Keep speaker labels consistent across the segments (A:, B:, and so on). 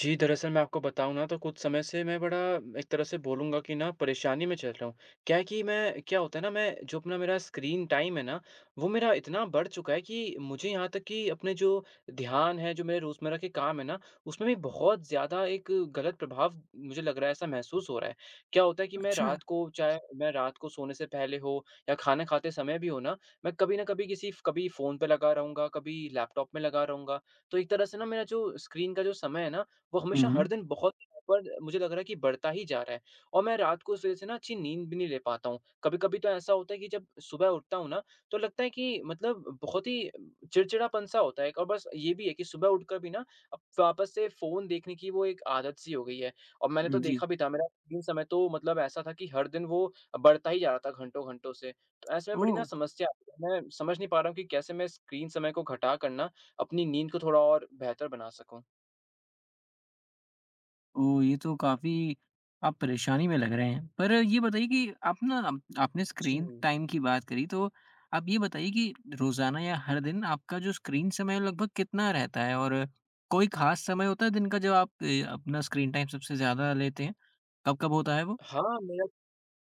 A: जी, दरअसल मैं आपको बताऊँ ना तो कुछ समय से मैं बड़ा एक तरह से बोलूँगा कि ना परेशानी में चल रहा हूँ। क्या है कि मैं क्या होता है ना मैं जो अपना मेरा स्क्रीन टाइम है ना, वो मेरा इतना बढ़ चुका है कि मुझे यहाँ तक कि अपने जो ध्यान है, जो मेरे रोज़मर्रा के काम है ना, उसमें भी बहुत ज़्यादा एक गलत प्रभाव मुझे लग रहा है, ऐसा महसूस हो रहा है। क्या होता है कि मैं
B: अच्छा।
A: रात को चाहे मैं रात को सोने से पहले हो या खाना खाते समय भी हो ना, मैं कभी न कभी किसी कभी फ़ोन पे लगा रहूँगा, कभी लैपटॉप में लगा रहूँगा। तो एक तरह से ना मेरा जो स्क्रीन का जो समय है ना, वो हमेशा हर
B: हुँ।
A: दिन बहुत। पर मुझे लग रहा है कि बढ़ता ही जा रहा है और मैं रात को उस वजह से ना अच्छी नींद भी नहीं ले पाता हूँ। कभी-कभी तो ऐसा होता है कि जब सुबह उठता हूँ ना, तो लगता है कि मतलब बहुत ही चिड़चिड़ापन-सा होता है एक। और बस ये भी है कि सुबह उठकर भी ना अब वापस से फ़ोन देखने की वो एक आदत-सी हो गई है। और मैंने तो
B: जी।
A: देखा भी था, मेरा स्क्रीन समय तो मतलब ऐसा था कि हर दिन वो बढ़ता ही जा रहा था घंटों-घंटों से। तो ऐसे में बड़ी ना
B: ओह!
A: समस्या आती है। मैं समझ नहीं पा रहा हूँ कि कैसे मैं स्क्रीन समय को घटा कर ना अपनी नींद को थोड़ा और बेहतर बना सकूँ?
B: ओह! ये तो काफ़ी। आप परेशानी में लग रहे हैं। पर ये बताइए कि आप ना आपने
A: जी।
B: स्क्रीन टाइम की बात करी, तो आप ये बताइए कि रोज़ाना या हर दिन आपका जो स्क्रीन समय है, लगभग कितना रहता है? और कोई ख़ास समय होता है दिन का जब आप ए अपना स्क्रीन टाइम सबसे ज़्यादा लेते हैं? कब-कब होता है वो?
A: हाँ, मेरा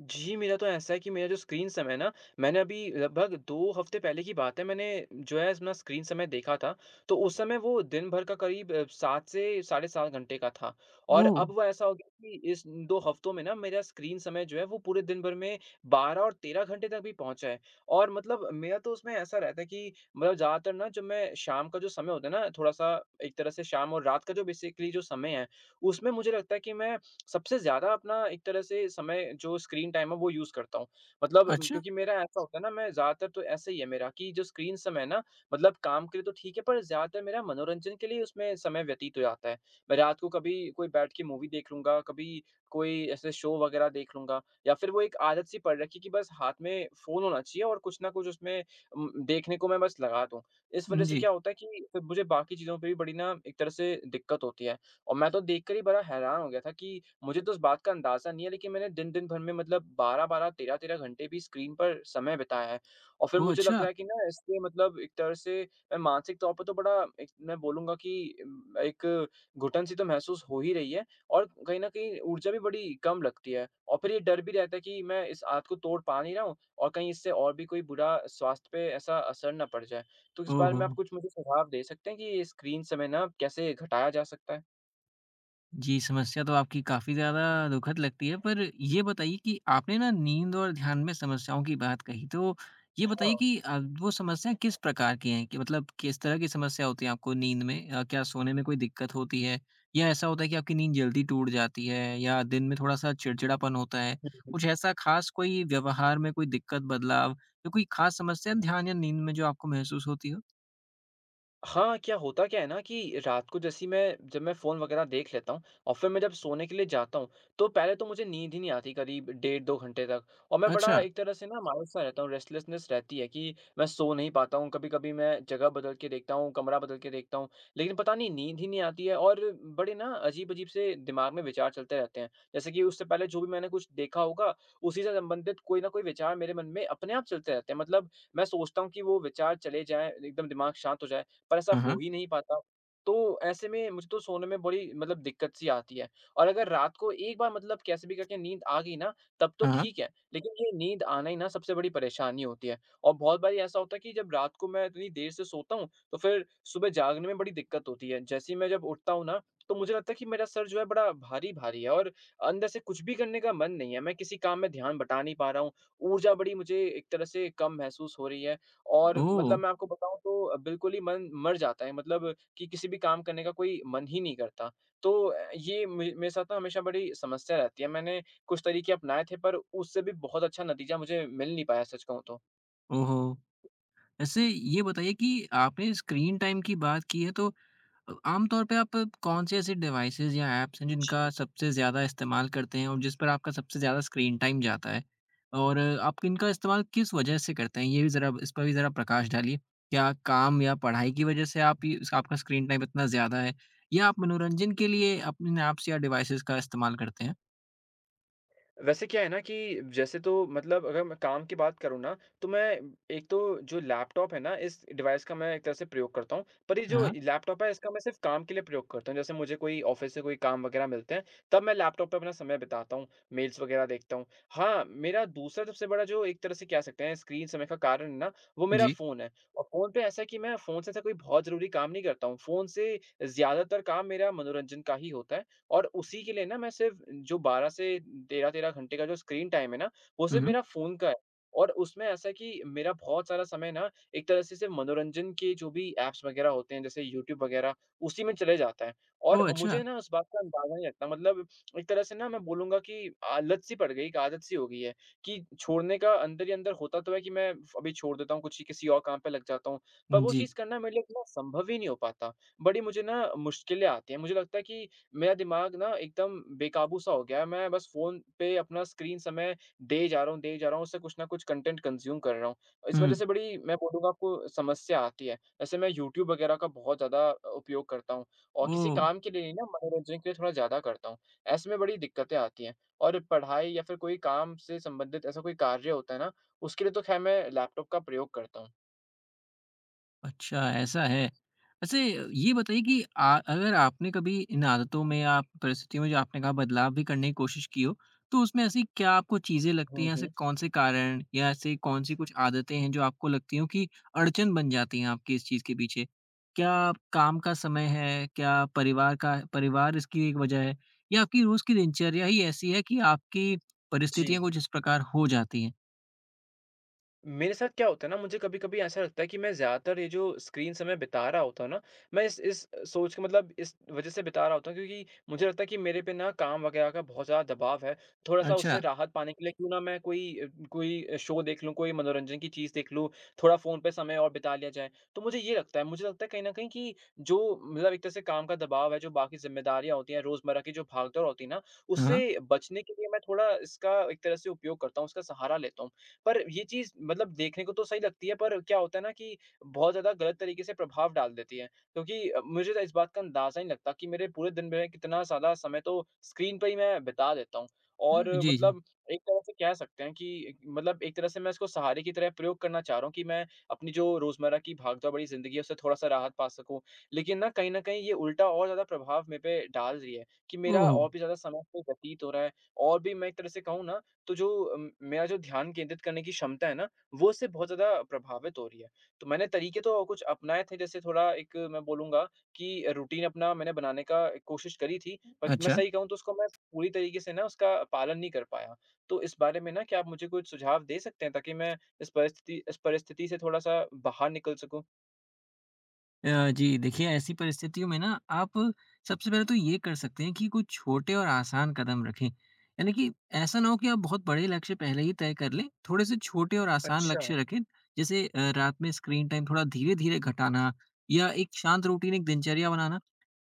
A: जी, मेरा तो ऐसा है कि मेरा जो स्क्रीन समय है ना, मैंने अभी लगभग 2 हफ़्ते पहले की बात है, मैंने जो है अपना स्क्रीन समय देखा था, तो उस समय वो दिन भर का करीब 7 से साढ़े 7 घंटे का था। और
B: ओह!
A: अब वो ऐसा हो गया कि इस 2 हफ़्तों में ना मेरा स्क्रीन समय जो है वो पूरे दिन भर में 12 और 13 घंटे तक भी पहुँचा है। और मतलब मेरा तो उसमें ऐसा रहता है कि मतलब ज़्यादातर ना जब मैं शाम का जो समय होता है ना, थोड़ा-सा एक तरह से शाम और रात का जो बेसिकली जो समय है, उसमें मुझे लगता है कि मैं सबसे ज़्यादा अपना एक तरह से समय जो स्क्रीन टाइम है वो यूज़ करता हूँ। मतलब
B: अच्छा।
A: क्योंकि मेरा ऐसा होता है ना, मैं ज़्यादातर तो ऐसा ही है मेरा, कि जो स्क्रीन समय है ना, मतलब काम के लिए तो ठीक है, पर ज़्यादातर मेरा मनोरंजन के लिए उसमें समय व्यतीत हो जाता है। मैं रात को कभी कोई बैठ के मूवी देख लूँगा, कभी कोई ऐसे शो वग़ैरह देख लूँगा, या फिर वो एक आदत सी पड़ रखी है कि बस हाथ में फ़ोन होना चाहिए और कुछ ना कुछ उसमें देखने को मैं बस लगा दूँ। इस वज़ह से
B: जी।
A: क्या होता है कि फिर मुझे बाकी चीज़ों पे भी बड़ी ना एक तरह से दिक्कत होती है और मैं तो देखकर ही बड़ा हैरान हो गया था कि मुझे तो उस बात का अंदाज़ा नहीं है, लेकिन मैंने दिन-दिन भर में मतलब 12-12, 13-13 घंटे भी स्क्रीन पर समय बिताया है। और फिर
B: ओह!
A: मुझे लग
B: अच्छा।
A: रहा है कि ना इससे मतलब एक तरह से मैं मानसिक तौर पर तो बड़ा एक मैं बोलूँगा कि एक घुटन सी तो महसूस हो ही रही है और कहीं न कहीं ऊर्जा भी बड़ी कम लगती है। और फिर ये डर भी रहता है कि मैं इस आदत को तोड़ पा नहीं रहा हूँ और कहीं इससे और भी कोई बुरा स्वास्थ्य पे ऐसा असर ना पड़ जाए। तो इस
B: ओह
A: बारे
B: हो!
A: में आप कुछ मुझे सुझाव दे सकते हैं कि ये स्क्रीन समय ना कैसे घटाया जा सकता है?
B: जी, समस्या तो आपकी काफ़ी ज़्यादा दुखद लगती है, पर ये बताइए कि आपने ना नींद और ध्यान में समस्याओं की बात कही, तो ये बताइए
A: हाँ।
B: कि वो समस्याएँ किस प्रकार की हैं? कि मतलब किस तरह की समस्या होती है आपको नींद में? क्या सोने में कोई दिक्कत होती है? या ऐसा होता है कि आपकी नींद जल्दी टूट जाती है? या दिन में थोड़ा-सा चिड़चिड़ापन होता है? कुछ ऐसा ख़ास कोई व्यवहार में कोई दिक्कत, बदलाव या कोई ख़ास समस्या ध्यान या नींद में जो आपको महसूस होती हो?
A: हाँ, क्या होता क्या है ना कि रात को जैसे ही मैं जब मैं फ़ोन वग़ैरह देख लेता हूँ और फिर मैं जब सोने के लिए जाता हूँ, तो पहले तो मुझे नींद ही नहीं आती करीब डेढ़ 2 घंटे तक, और मैं बड़ा
B: अच्छा।
A: एक तरह से ना मायूस-सा रहता हूँ, रेस्टलेसनेस रहती है कि मैं सो नहीं पाता हूँ। कभी-कभी मैं जगह बदल के देखता हूँ, कमरा बदल के देखता हूँ, लेकिन पता नहीं नींद ही नहीं आती है, और बड़े ना अजीब-अजीब से दिमाग में विचार चलते रहते हैं। जैसे कि उससे पहले जो भी मैंने कुछ देखा होगा, उसी से संबंधित कोई ना कोई विचार मेरे मन में अपने आप चलते रहते हैं। मतलब मैं सोचता हूँ कि वो विचार चले जाएँ, एकदम दिमाग शांत हो जाए। पर ऐसा
B: हाँ,
A: हो
B: हाँ।
A: ही नहीं पाता। तो ऐसे में मुझे तो सोने में बड़ी मतलब दिक्कत सी आती है और अगर रात को एक बार मतलब कैसे भी करके नींद आ गई ना, तब तो
B: हाँ, हाँ।
A: ठीक है, लेकिन ये नींद आना ही ना सबसे बड़ी परेशानी होती है, और बहुत बारी ऐसा होता है कि जब रात को मैं इतनी देर से सोता हूँ, तो फिर सुबह जागने में बड़ी दिक्कत होती है। जैसे ही मैं जब उठता हूँ ना, तो मुझे लगता है कि मेरा सर जो है बड़ा भारी-भारी है और अंदर से कुछ भी करने का मन नहीं है। मैं किसी काम में ध्यान बटा नहीं पा रहा हूँ, ऊर्जा बड़ी मुझे एक तरह से कम महसूस हो रही है, और
B: ओह!
A: मतलब मैं आपको बताऊँ तो बिल्कुल ही मन मर जाता है, मतलब कि किसी भी काम करने का कोई मन ही नहीं करता। तो ये मे मेरे साथ ना हमेशा बड़ी समस्या रहती है। मैंने कुछ तरीके अपनाए थे पर उससे भी बहुत अच्छा नतीजा मुझे मिल नहीं पाया, सच कहूँ तो।
B: ओहो! वैसे ये बताइए कि आपने स्क्रीन टाइम की बात की है, तो आमतौर पे आप कौन से ऐसे डिवाइसेस या ऐप्स हैं जिनका सबसे ज़्यादा इस्तेमाल करते हैं और जिस पर आपका सबसे ज़्यादा स्क्रीन टाइम जाता है? और आप इनका इस्तेमाल किस वजह से करते हैं? ये भी ज़रा इस पर भी ज़रा प्रकाश डालिए। क्या काम या पढ़ाई की वजह से आप ये आपका स्क्रीन टाइम इतना ज़्यादा है? या आप मनोरंजन के लिए अपने इन ऐप्स या डिवाइसेस का इस्तेमाल करते हैं?
A: वैसे क्या है ना कि जैसे तो मतलब अगर मैं काम की बात करूँ ना, तो मैं एक तो जो लैपटॉप है ना, इस डिवाइस का मैं एक तरह से प्रयोग करता हूँ। पर ये जो
B: हाँ,
A: लैपटॉप है, इसका मैं सिर्फ़ काम के लिए प्रयोग करता हूँ। जैसे मुझे कोई ऑफ़िस से कोई काम वग़ैरह मिलते हैं, तब मैं लैपटॉप पे अपना समय बिताता हूँ, मेल्स वग़ैरह देखता हूँ। हाँ, मेरा दूसरा सबसे बड़ा जो एक तरह से कह सकते हैं स्क्रीन समय का कारण है ना, वो मेरा
B: जी।
A: फ़ोन है। और फ़ोन पे ऐसा है कि मैं फ़ोन से ऐसा कोई बहुत ज़रूरी काम नहीं करता हूँ। फ़ोन से ज़्यादातर काम मेरा मनोरंजन का ही होता है। और उसी के लिए ना मैं सिर्फ़ जो 12 से 13-13 घंटे का जो स्क्रीन टाइम है ना, वो
B: हुँ,
A: सिर्फ़
B: हुँ।
A: मेरा फ़ोन का है। और उसमें ऐसा है कि मेरा बहुत सारा समय ना एक तरह से सिर्फ़ मनोरंजन के जो भी ऐप्स वग़ैरह होते हैं, जैसे यूट्यूब वग़ैरह, उसी में चले जाता है और
B: ओह! अच्छा।
A: मुझे ना उस बात का अंदाज़ा नहीं रहता। मतलब एक तरह से ना मैं बोलूँगा कि एक आदत-सी हो गई है कि छोड़ने का अंदर ही अंदर होता तो है कि मैं फ अभी छोड़ देता हूँ, कुछ ही किसी और काम पे लग जाता हूँ, पर वो
B: जी।
A: चीज़ करना मेरे लिए इतना संभव ही नहीं हो पाता। बड़ी मुझे ना मुश्किलें आती हैं, मुझे लगता है कि मेरा दिमाग ना एकदम बेकाबू सा हो गया है। मैं बस फ़ोन पे अपना स्क्रीन समय दें जा रहा हूँ दें जा रहा हूँ, उससे कुछ न कुछ कंटेंट कंज़्यूम कर रहा हूँ। इस वज़ह
B: हुँ।
A: से बड़ी मैं बोलूँगा आपको समस्या आती है। वैसे मैं यूट्यूब वग़ैरह का बहुत ज़्यादा उपयोग करता हूँ और किसी
B: ओह!
A: काम के लिए नहीं ना, मनोरंजन के लिए थोड़ा ज़्यादा करता हूँ। ऐसे में बड़ी दिक्कतें आती हैं, और पढ़ाई या फिर कोई काम से संबंधित ऐसा कोई कार्य होता है ना, उसके लिए तो ख़ैर मैं लैपटॉप का प्रयोग करता हूँ।
B: अच्छा, ऐसा है। वैसे ये बताइए कि आ अगर आपने कभी इन आदतों में या परिस्थितियों में जो आपने कहा बदलाव भी करने की कोशिश की हो, तो उसमें ऐसी क्या आपको चीज़ें लगती
A: हुँ,
B: हैं, ऐसे
A: हुँ।
B: कौन-से कारण या ऐसी कौन-सी कुछ आदतें हैं जो आपको लगती हों कि अड़चन बन जाती हैं आपकी इस चीज़ के पीछे? क्या काम का समय है? क्या परिवार इसकी एक वजह है? या आपकी रोज़ की दिनचर्या ही ऐसी है कि आपकी
A: जी।
B: परिस्थितियाँ कुछ इस प्रकार हो जाती हैं?
A: मेरे साथ क्या होता है ना, मुझे कभी-कभी ऐसा लगता है कि मैं ज़्यादातर ये जो स्क्रीन समय बिता रहा होता हूँ ना, मैं इस सोच के मतलब इस वज़ह से बिता रहा होता हूँ क्योंकि मुझे लगता है कि मेरे पे ना काम वग़ैरह का बहुत ज़्यादा दबाव है। थोड़ा-सा उससे
B: अच्छा।
A: राहत पाने के लिए क्यों ना मैं कोई शो देख लूँ, कोई मनोरंजन की चीज़ देख लूँ, थोड़ा फ़ोन पे समय और बिता लिया जाए। तो मुझे लगता है कहीं न कहीं कि जो मतलब एक तरह से काम का दबाव है, जो बाकी ज़िम्मेदारियाँ होती हैं, रोज़मर्रा की जो भागदौड़ होती है ना,
B: हाँ।
A: उससे बचने के लिए मैं थोड़ा इसका एक तरह से उपयोग करता हूँ, उसका सहारा लेता हूँ। पर ये चीज़ मतलब देखने को तो सही लगती है, पर क्या होता है ना कि बहुत ज़्यादा गलत तरीके से प्रभाव डाल देती है। क्योंकि मुझे तो इस बात का अंदाज़ा ही नहीं लगता कि मेरे पूरे दिन में कितना सारा समय तो स्क्रीन पे ही मैं बिता देता हूँ। और
B: जी, जी।
A: मतलब एक तरह से कह सकते हैं कि मतलब एक तरह से मैं इसको सहारे की तरह प्रयोग करना चाह रहा हूँ कि मैं अपनी जो रोज़मर्रा की भागदौड़ भरी ज़िंदगी है उससे थोड़ा-सा राहत पा सकूँ। लेकिन ना कहीं न कहीं ये उल्टा और ज़्यादा प्रभाव मेरे पे डाल रही है कि मेरा
B: ओह!
A: और भी ज़्यादा समय इसपे व्यतीत हो रहा है, और भी मैं एक तरह से कहूँ ना, तो जो मेरा जो ध्यान केंद्रित करने की क्षमता है ना, वो उससे बहुत ज़्यादा प्रभावित हो रही है। तो मैंने तरीके तो कुछ अपनाए थे, जैसे थोड़ा एक मैं बोलूँगा कि रूटीन अपना मैंने बनाने का कोशिश करी थी, पर मैं
B: अच्छा।
A: सही कहूँ तो उसको मैं पूरी तरीके से ना उसका पालन नहीं कर पाया। तो इस बारे में ना क्या आप मुझे कुछ सुझाव दे सकते हैं ताकि मैं इस परिस्थिति से थोड़ा-सा बाहर निकल सकूँ?
B: जी देखिए, ऐसी परिस्थितियों में ना आप सबसे पहले तो ये कर सकते हैं कि कुछ छोटे और आसान कदम रखें। यानी कि ऐसा ना हो कि आप बहुत बड़े लक्ष्य पहले ही तय कर लें, थोड़े से छोटे और आसान
A: अच्छा,
B: लक्ष्य रखें। जैसे रात में स्क्रीन टाइम थोड़ा धीरे-धीरे घटाना या एक शांत रूटीन, एक दिनचर्या बनाना।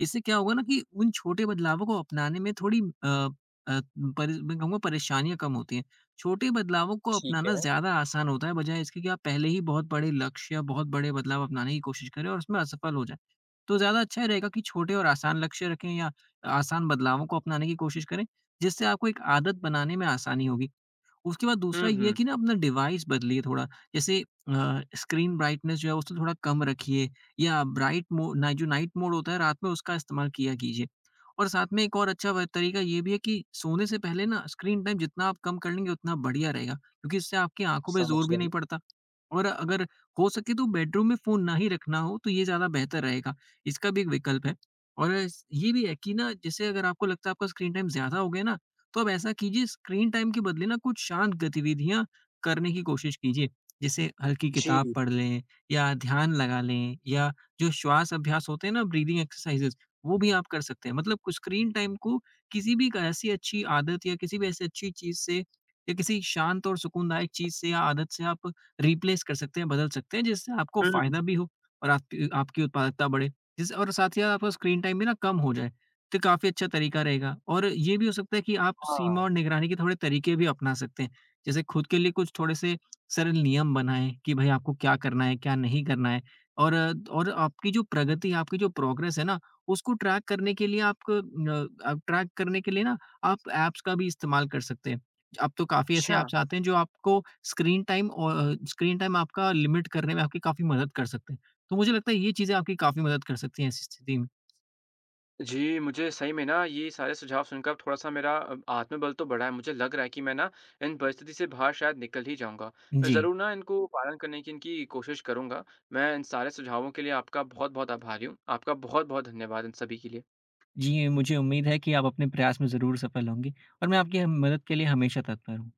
B: इससे क्या होगा ना कि उन छोटे बदलावों को अपनाने में थोड़ी अ, परे मैं कहूँगा परेशानियाँ कम होती हैं। छोटे बदलावों को
A: ठीक
B: अपनाना
A: है।
B: ज़्यादा आसान होता है, बजाय इसके कि आप पहले ही बहुत बड़े लक्ष्य या बहुत बड़े बदलाव अपनाने की कोशिश करें और उसमें असफल हो जाएँ। तो ज़्यादा अच्छा रहेगा कि छोटे और आसान लक्ष्य रखें या आसान बदलावों को अपनाने की कोशिश करें, जिससे आपको एक आदत बनाने में आसानी होगी। उसके बाद
A: हुँ,
B: दूसरा ये है
A: हुँ,
B: कि ना अपना डिवाइस बदलिए थोड़ा, जैसे स्क्रीन ब्राइटनेस जो है उसको थोड़ा कम रखिए या ब्राइट मो ना, जो नाइट मोड होता है, रात में उसका इस्तेमाल किया कीजिए। और साथ में एक और अच्छा व तरीका ये भी है कि सोने से पहले ना स्क्रीन टाइम जितना आप कम कर लेंगे उतना बढ़िया रहेगा, क्योंकि इससे आपकी आँखों पे
A: समझ
B: ज़ोर भी नहीं
A: गई।
B: पड़ता। और अगर हो सके तो बेडरूम में फ़ोन ना ही रखना हो तो ये ज़्यादा बेहतर रहेगा, इसका भी एक विकल्प है। और ये भी है कि ना, जैसे अगर आपको लगता है आपका स्क्रीन टाइम ज़्यादा हो गया ना, तो आप ऐसा कीजिए, स्क्रीन टाइम के बदले ना कुछ शांत गतिविधियां करने की कोशिश कीजिए, जैसे हल्की
A: जी,
B: किताब पढ़ लें या ध्यान लगा लें या जो श्वास अभ्यास होते हैं ना, ब्रीदिंग एक्सरसाइजेस, वो भी आप कर सकते हैं। मतलब कुछ स्क्रीन टाइम को किसी भी एक ऐसी अच्छी आदत या किसी भी ऐसी अच्छी चीज से या किसी शांत और सुकूनदायक चीज से या आदत से आप रिप्लेस कर सकते हैं, बदल सकते हैं, जिससे आपको
A: हुँ, हुँ,
B: फायदा भी हो और आपकी उत्पादकता बढ़े जिस और साथ ही आपका स्क्रीन टाइम भी ना कम हो जाए, तो काफ़ी अच्छा तरीका रहेगा। और ये भी हो सकता है कि आप सीमा
A: हाँ,
B: और निगरानी के थोड़े तरीके भी अपना सकते हैं। जैसे खुद के लिए कुछ थोड़े से सरल नियम बनाएँ कि भई आपको क्या करना है, क्या नहीं करना है, और और आपकी जो प्रगति, आपकी जो प्रोग्रेस है ना, उसको ट्रैक करने के लिए ना आप ऐप्स का भी इस्तेमाल कर सकते हैं। अब तो काफ़ी ऐसे
A: अच्छा।
B: ऐप्स आते हैं जो आपको स्क्रीन टाइम आपका लिमिट करने में आपकी काफ़ी मदद कर सकते हैं। तो मुझे लगता है ये चीज़ें आपकी काफ़ी मदद कर सकती हैं ऐसी स्थिति में।
A: जी, मुझे सही में ना ये सारे सुझाव सुनकर अब थोड़ा-सा मेरा आत्मबल तो बढ़ा है। मुझे लग रहा है कि मैं ना इन परिस्थिति से बाहर शायद निकल ही जाऊँगा। मैं
B: जी।
A: ज़रूर ना इनको पालन करने की इनकी कोशिश करूँगा। मैं इन सारे सुझावों के लिए आपका बहुत-बहुत आभारी हूँ। आपका बहुत-बहुत धन्यवाद इन सभी के लिए।
B: जी, मुझे उम्मीद है कि आप अपने प्रयास में ज़रूर सफल होंगी और मैं आपकी ह मदद के लिए हमेशा तत्पर हूँ।